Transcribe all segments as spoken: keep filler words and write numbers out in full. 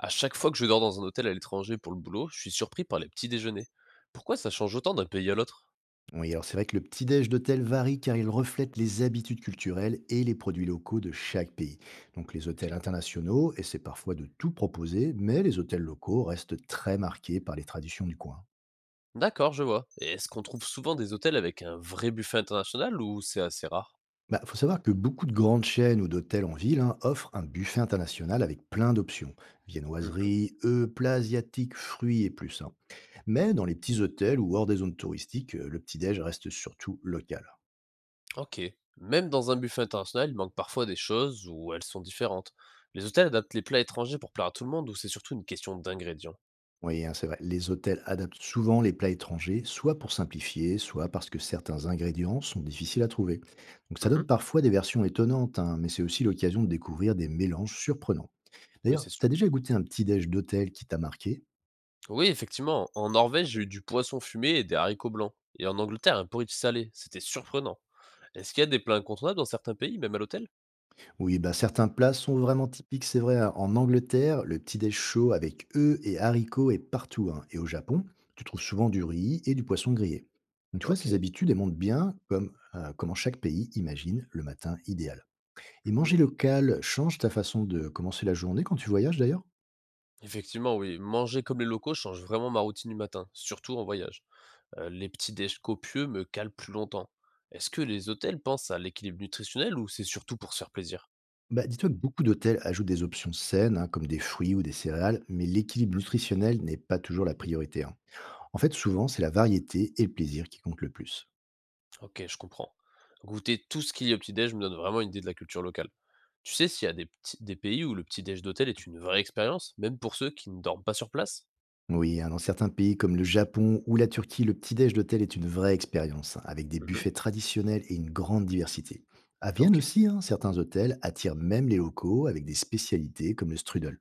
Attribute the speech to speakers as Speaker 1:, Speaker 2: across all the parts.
Speaker 1: À chaque fois que je dors dans un hôtel à l'étranger pour le boulot, je suis surpris par les petits déjeuners. Pourquoi ça change autant d'un pays à l'autre?
Speaker 2: Oui, alors c'est vrai que le petit-déj d'hôtel varie car il reflète les habitudes culturelles et les produits locaux de chaque pays. Donc les hôtels
Speaker 1: Ok.
Speaker 2: internationaux essaient parfois de tout proposer, mais les hôtels locaux restent très marqués par les traditions du coin.
Speaker 1: D'accord, je vois. Et est-ce qu'on trouve souvent des hôtels avec un vrai buffet international ou c'est assez rare?
Speaker 2: Bah, faut savoir que beaucoup de grandes chaînes ou d'hôtels en ville hein, offrent un buffet international avec plein d'options.
Speaker 1: Mhm.
Speaker 2: Viennoiseries, œufs, plats asiatiques, fruits et plus, hein. Mais dans les petits hôtels ou hors des zones touristiques, euh, le petit-déj reste surtout local.
Speaker 1: Ok. Même dans un buffet international, il manque parfois des choses ou elles sont différentes. Les hôtels adaptent les plats étrangers pour plaire à tout le monde ou c'est surtout une question d'ingrédients?
Speaker 2: Oui, hein, c'est vrai. Les hôtels adaptent souvent les plats étrangers, soit pour simplifier, soit parce que certains ingrédients sont difficiles à trouver. Donc ça donne
Speaker 1: Mhm.
Speaker 2: parfois des versions étonnantes, hein, mais c'est aussi l'occasion de découvrir des mélanges surprenants.
Speaker 1: Oui,
Speaker 2: D'ailleurs,
Speaker 1: c'est
Speaker 2: t'as
Speaker 1: sûr.
Speaker 2: déjà goûté un petit déj d'hôtel qui t'a marqué?
Speaker 1: Oui, effectivement. En Norvège, j'ai eu du poisson fumé et des haricots blancs. Et en Angleterre, un porridge salé. C'était surprenant. Est-ce qu'il y a des plats incontournables dans certains pays, même à l'hôtel?
Speaker 2: Oui, bah certains plats sont vraiment typiques, c'est vrai, hein. En Angleterre, le petit déj chaud avec œufs et haricots est partout, hein. Et au Japon, tu trouves souvent du riz et du poisson grillé. Donc tu vois, ces
Speaker 1: OK.
Speaker 2: habitudes, elles montrent bien comme, euh, comment chaque pays imagine le matin idéal. Et
Speaker 1: Mmh.
Speaker 2: manger local change ta façon de commencer la journée quand tu voyages d'ailleurs?
Speaker 1: Effectivement, oui, manger comme les locaux change vraiment ma routine du matin, surtout en voyage. Heu, les petits déj copieux me calent plus longtemps. Est-ce que les hôtels pensent à l'équilibre nutritionnel ou c'est surtout pour se faire plaisir?
Speaker 2: Bah, dis-toi que beaucoup d'hôtels ajoutent des options saines, hein, comme des fruits ou des céréales, mais l'équilibre nutritionnel n'est pas toujours la priorité, hein. En fait, souvent, c'est la variété et le plaisir qui comptent le plus.
Speaker 1: OK, je comprends. Goûter tout ce qu'il y a au petit déj me donne vraiment une idée de la culture locale. Tu sais s'il y a des petits des pays où le petit déj d'hôtel est une vraie expérience, même pour ceux qui ne dorment pas sur place?
Speaker 2: Oui, hein, dans certains pays comme le Japon ou la Turquie, le petit-déj d'hôtel est une vraie expérience, hein, avec des
Speaker 1: Mmh.
Speaker 2: buffets traditionnels et une grande diversité. À Vienne
Speaker 1: OK.
Speaker 2: aussi, hein, certains hôtels attirent même les locaux avec des spécialités comme le strudel.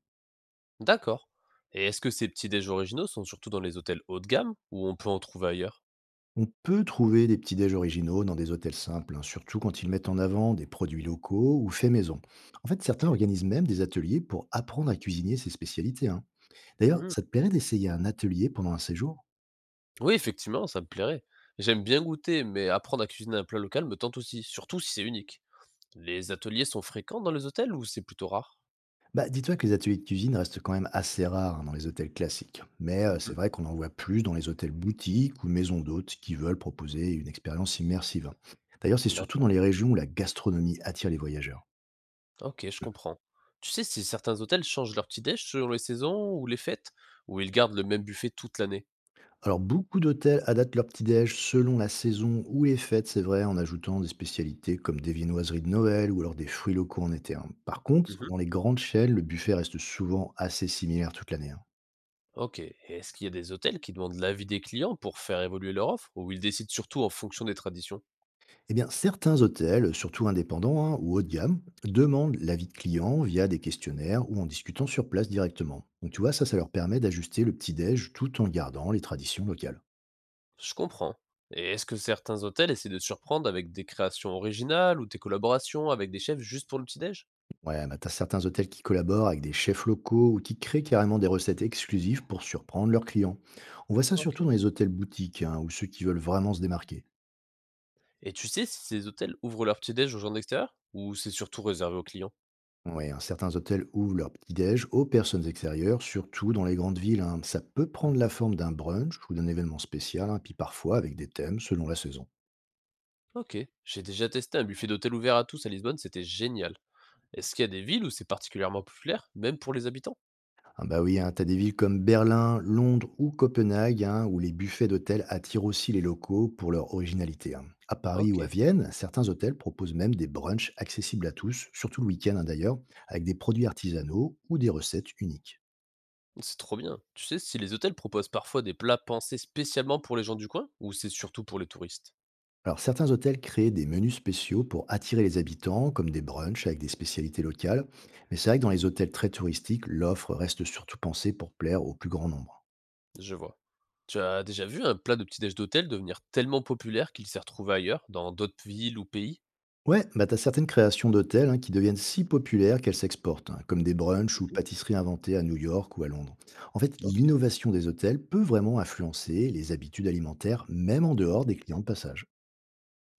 Speaker 1: D'accord. Et est-ce que ces petits déj originaux sont surtout dans les hôtels haut de gamme ou on peut en trouver ailleurs?
Speaker 2: On peut trouver des petits déj originaux dans des hôtels simples, hein, surtout quand ils mettent en avant des produits locaux ou faits maison. En fait,
Speaker 1: OK.
Speaker 2: certains organisent même des ateliers pour apprendre à cuisiner ses spécialités, hein. D'ailleurs,
Speaker 1: Mmh.
Speaker 2: ça te plairait d'essayer un atelier pendant un séjour?
Speaker 1: Oui, effectivement, ça me plairait. J'aime bien goûter, mais apprendre à cuisiner un plat local me tente aussi, surtout si c'est unique. Les ateliers sont fréquents dans les hôtels ou c'est plutôt rare?
Speaker 2: Bah, dis-toi que les ateliers de cuisine restent quand même assez rares hein, dans les hôtels classiques. Mais euh, c'est
Speaker 1: Mhm.
Speaker 2: vrai qu'on en voit plus dans les hôtels boutiques ou maisons d'hôtes qui veulent proposer une expérience immersive, hein. D'ailleurs, c'est surtout dans
Speaker 1: D'accord.
Speaker 2: les régions où la gastronomie attire les voyageurs.
Speaker 1: Ok, je comprends. Tu sais si certains hôtels changent leur petit déj selon les saisons ou les fêtes, ou ils gardent le même buffet toute l'année?
Speaker 2: Alors, beaucoup d'hôtels adaptent leur petit-déj selon la saison ou les fêtes, c'est vrai, en ajoutant des spécialités comme des viennoiseries de Noël ou alors des fruits locaux en été, hein. Par contre,
Speaker 1: Mhm.
Speaker 2: dans les grandes chaînes, le buffet reste souvent assez similaire toute l'année, hein.
Speaker 1: Ok. Et est-ce qu'il y a des hôtels qui demandent l'avis des clients pour faire évoluer leur offre, ou ils décident surtout en fonction des traditions?
Speaker 2: Eh bien, certains hôtels, surtout indépendants hein, ou haut de gamme, demandent l'avis de clients via des questionnaires ou en discutant sur place directement. Donc, tu vois, ça, ça leur permet d'ajuster le petit-déj tout en gardant les traditions locales.
Speaker 1: Je comprends. Et est-ce que certains hôtels essaient de surprendre avec des créations originales ou des collaborations avec des chefs juste pour le petit déj?
Speaker 2: Ouais, bah, t'as certains hôtels qui collaborent avec des chefs locaux ou qui créent carrément des recettes exclusives pour surprendre leurs clients. On voit ça
Speaker 1: Ok.
Speaker 2: surtout dans les hôtels boutiques hein, ou ceux qui veulent vraiment se démarquer.
Speaker 1: Et tu sais si ces hôtels ouvrent leur petit-déj aux gens d'extérieur? Ou c'est surtout réservé aux clients?
Speaker 2: Ouais, hein, certains hôtels ouvrent leur petit-déj aux personnes extérieures, surtout dans les grandes villes, hein. Ça peut prendre la
Speaker 1: Mmh.
Speaker 2: forme d'un brunch ou d'un événement spécial, hein, puis parfois avec des thèmes selon la saison.
Speaker 1: OK. J'ai déjà testé un buffet d'hôtel ouvert à tous à Lisbonne, c'était génial. Est-ce qu'il y a des villes où c'est particulièrement populaire, même pour les habitants?
Speaker 2: Ah bah oui, hein, t'as des villes comme Berlin, Londres ou Copenhague, hein, où les buffets d'hôtels attirent aussi les locaux pour leur originalité, hein. À Paris ou à
Speaker 1: OK,
Speaker 2: Vienne, certains hôtels proposent même des brunchs accessibles à tous, surtout le week-end hein, d'ailleurs, avec des produits artisanaux ou des recettes uniques.
Speaker 1: c'est trop bien. Tu sais si les hôtels proposent parfois des plats pensés spécialement pour les gens du coin? Ou c'est surtout pour les touristes?
Speaker 2: Alors certains hôtels créent des menus spéciaux pour attirer les habitants, comme des brunchs avec des spécialités locales, mais c'est vrai que dans les
Speaker 1: Mmh.
Speaker 2: hôtels très touristiques, l'offre reste surtout pensée pour plaire au plus grand nombre.
Speaker 1: Je vois. Tu as déjà vu un plat de petit-déj d'hôtel devenir tellement populaire qu'il s'est retrouvé ailleurs, dans d'autres villes ou pays?
Speaker 2: Ouais, bah t'as certaines créations d'hôtels hein, qui deviennent si populaires qu'elles s'exportent, hein, comme des brunchs ou
Speaker 1: Mmh.
Speaker 2: pâtisseries inventées à New York ou à Londres. En fait,
Speaker 1: OK.
Speaker 2: l'innovation des hôtels peut vraiment influencer les habitudes alimentaires, même en dehors des clients de passage.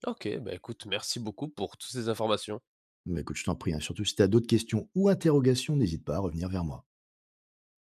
Speaker 1: OK, bah écoute, merci beaucoup pour toutes ces informations.
Speaker 2: Mais écoute, je t'en prie, hein, surtout si t'as d'autres questions ou interrogations, n'hésite pas à revenir vers moi.